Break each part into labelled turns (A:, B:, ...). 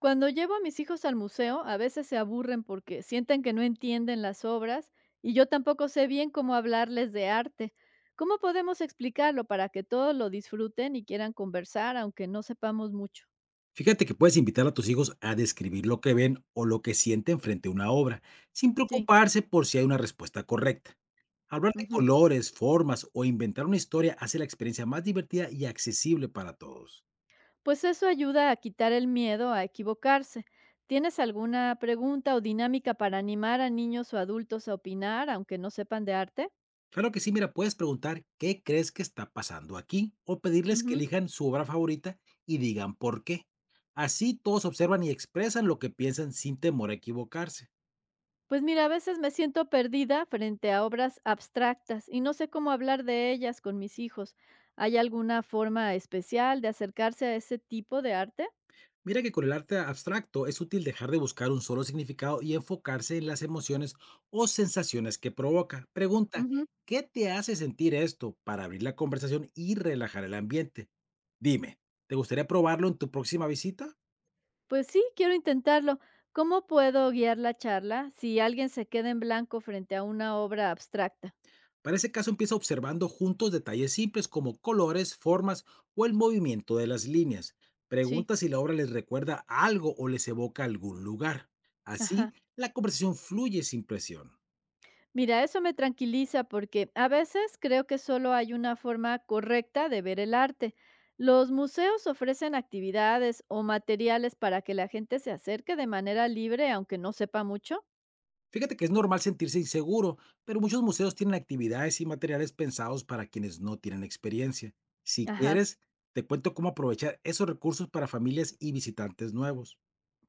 A: Cuando llevo a mis hijos al museo, a veces se aburren porque sienten que no entienden las obras y yo tampoco sé bien cómo hablarles de arte. ¿Cómo podemos explicarlo para que todos lo disfruten y quieran conversar, aunque no sepamos mucho?
B: Fíjate que puedes invitar a tus hijos a describir lo que ven o lo que sienten frente a una obra, sin
A: Sí.
B: preocuparse por si hay una respuesta correcta. Hablar de
A: Ujú.
B: colores, formas o inventar una historia hace la experiencia más divertida y accesible para todos.
A: Pues eso ayuda a quitar el miedo a equivocarse. ¿Tienes alguna pregunta o dinámica para animar a niños o adultos a opinar, aunque no sepan de arte?
B: Claro que sí, mira, puedes preguntar qué crees que está pasando aquí o pedirles que
A: Ujú.
B: elijan su obra favorita y digan por qué. Así todos observan y expresan lo que piensan sin temor a equivocarse.
A: Pues mira, a veces me siento perdida frente a obras abstractas y no sé cómo hablar de ellas con mis hijos. ¿Hay alguna forma especial de acercarse a ese tipo de arte?
B: Mira que con el arte abstracto es útil dejar de buscar un solo significado y enfocarse en las emociones o sensaciones que provoca. Pregunta,
A: Ujú.
B: ¿qué te hace sentir esto para abrir la conversación y relajar el ambiente? Dime, ¿te gustaría probarlo en tu próxima visita?
A: Pues sí, quiero intentarlo. ¿Cómo puedo guiar la charla si alguien se queda en blanco frente a una obra abstracta?
B: Para ese caso empieza observando juntos detalles simples como colores, formas o el movimiento de las líneas.
A: Sí,
B: Pregunta si la obra les recuerda algo o les evoca algún lugar.
A: ajá.
B: Así, la conversación fluye sin presión.
A: Mira, eso me tranquiliza porque a veces creo que solo hay una forma correcta de ver el arte. Los museos ofrecen actividades o materiales para que la gente se acerque de manera libre, aunque no sepa mucho.
B: Fíjate que es normal sentirse inseguro, pero muchos museos tienen actividades y materiales pensados para quienes no tienen experiencia. Si
A: Ajá.
B: quieres, te cuento cómo aprovechar esos recursos para familias y visitantes nuevos.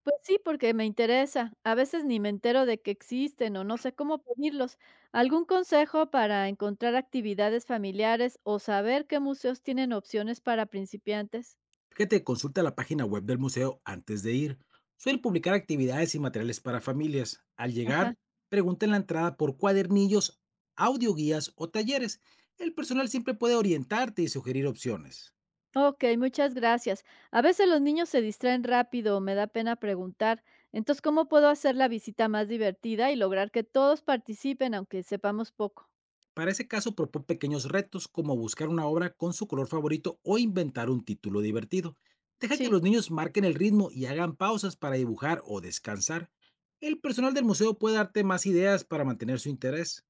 A: Pues sí, porque me interesa. A veces ni me entero de que existen o no sé cómo pedirlos. ¿Algún consejo para encontrar actividades familiares o saber qué museos tienen opciones para principiantes?
B: Fíjate, consulta la página web del museo antes de ir. Suelen publicar actividades y materiales para familias. Al
A: Ajá.
B: llegar, pregunta en la entrada por cuadernillos, audioguías o talleres. El personal siempre puede orientarte y sugerir opciones.
A: Ok, muchas gracias. A veces los niños se distraen rápido o me da pena preguntar. Entonces, ¿cómo puedo hacer la visita más divertida y lograr que todos participen aunque sepamos poco?
B: Para ese caso, propón pequeños retos como buscar una obra con su color favorito o inventar un título divertido. Deja que los
A: Sí,
B: niños marquen el ritmo y hagan pausas para dibujar o descansar. El personal del museo puede darte más ideas para mantener su interés.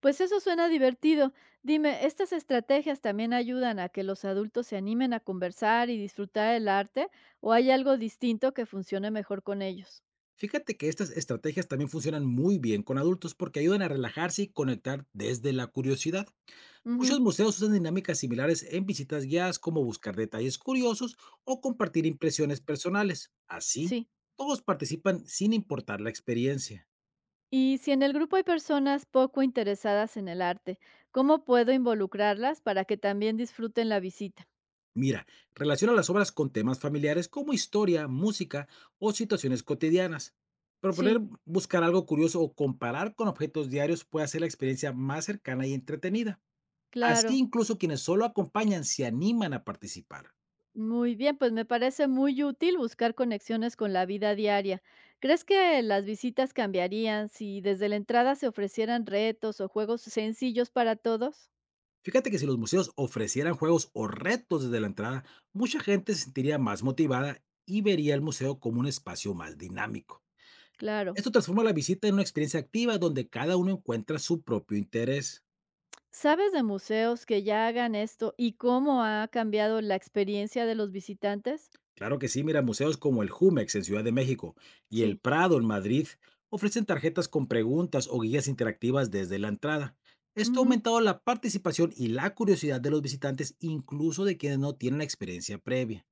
A: pues eso suena divertido. Dime, ¿estas estrategias también ayudan a que los adultos se animen a conversar y disfrutar del arte o hay algo distinto que funcione mejor con ellos?
B: Fíjate que estas estrategias también funcionan muy bien con adultos porque ayudan a relajarse y conectar desde la curiosidad.
A: Ujú,
B: Muchos museos usan dinámicas similares en visitas guiadas como buscar detalles curiosos o compartir impresiones personales. Así,
A: sí.
B: todos participan sin importar la experiencia.
A: Y si en el grupo hay personas poco interesadas en el arte, ¿cómo puedo involucrarlas para que también disfruten la visita?
B: Mira, relaciona las obras con temas familiares como historia, música o situaciones cotidianas. Proponer
A: Sí,
B: buscar algo curioso o comparar con objetos diarios puede hacer la experiencia más cercana y entretenida. Así
A: claro.
B: incluso quienes solo acompañan se animan a participar.
A: Muy bien, pues me parece muy útil buscar conexiones con la vida diaria. ¿Crees que las visitas cambiarían si desde la entrada se ofrecieran retos o juegos sencillos para todos?
B: Fíjate que si los museos ofrecieran juegos o retos desde la entrada, mucha gente se sentiría más motivada y vería el museo como un espacio más dinámico.
A: Claro.
B: Esto transforma la visita en una experiencia activa donde cada uno encuentra su propio interés.
A: ¿Sabes de museos que ya hagan esto y cómo ha cambiado la experiencia de los visitantes?
B: Claro que sí, mira, museos como el Jumex en Ciudad de México y el
A: Sí.
B: Prado en Madrid ofrecen tarjetas con preguntas o guías interactivas desde la entrada. Esto ha
A: Ujú.
B: aumentado la participación y la curiosidad de los visitantes, incluso de quienes no tienen la experiencia previa.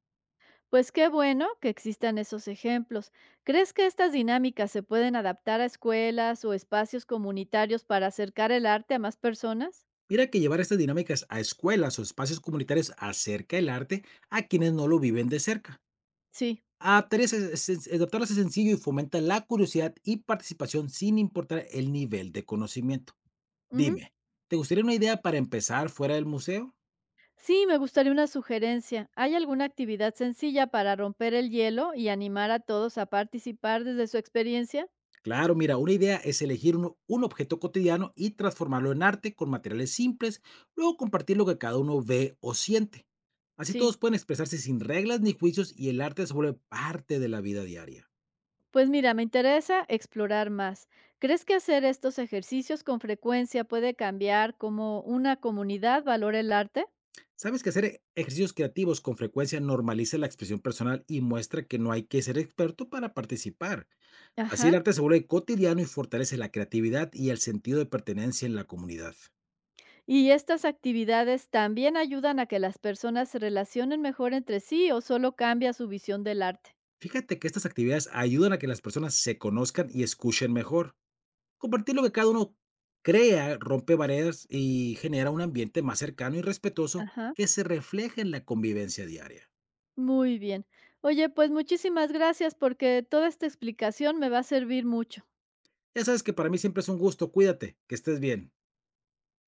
A: Pues qué bueno que existan esos ejemplos. ¿Crees que estas dinámicas se pueden adaptar a escuelas o espacios comunitarios para acercar el arte a más personas?
B: Mira que llevar estas dinámicas a escuelas o espacios comunitarios acerca del arte a quienes no lo viven de cerca.
A: Sí,
B: Adaptarlas es sencillo y fomenta la curiosidad y participación sin importar el nivel de conocimiento.
A: ujú.
B: Dime, ¿te gustaría una idea para empezar fuera del museo?
A: Sí, me gustaría una sugerencia. ¿Hay alguna actividad sencilla para romper el hielo y animar a todos a participar desde su experiencia?
B: Claro, mira, una idea es elegir un objeto cotidiano y transformarlo en arte con materiales simples, luego compartir lo que cada uno ve o siente. Así
A: Sí.
B: todos pueden expresarse sin reglas ni juicios y el arte se vuelve parte de la vida diaria.
A: Pues mira, me interesa explorar más. ¿Crees que hacer estos ejercicios con frecuencia puede cambiar cómo una comunidad valora el arte?
B: ¿Sabes que hacer ejercicios creativos con frecuencia normaliza la expresión personal y muestra que no hay que ser experto para participar? Así el
A: Ajá.
B: arte se vuelve cotidiano y fortalece la creatividad y el sentido de pertenencia en la comunidad.
A: ¿Y estas actividades también ayudan a que las personas se relacionen mejor entre sí o solo cambia su visión del arte?
B: Fíjate que estas actividades ayudan a que las personas se conozcan y escuchen mejor. Compartir lo que cada uno crea rompe barreras y genera un ambiente más cercano y respetuoso
A: Ajá.
B: que se refleja en la convivencia diaria.
A: Muy bien. Oye, pues muchísimas gracias porque toda esta explicación me va a servir mucho.
B: Ya sabes que para mí siempre es un gusto. Cuídate, que estés bien.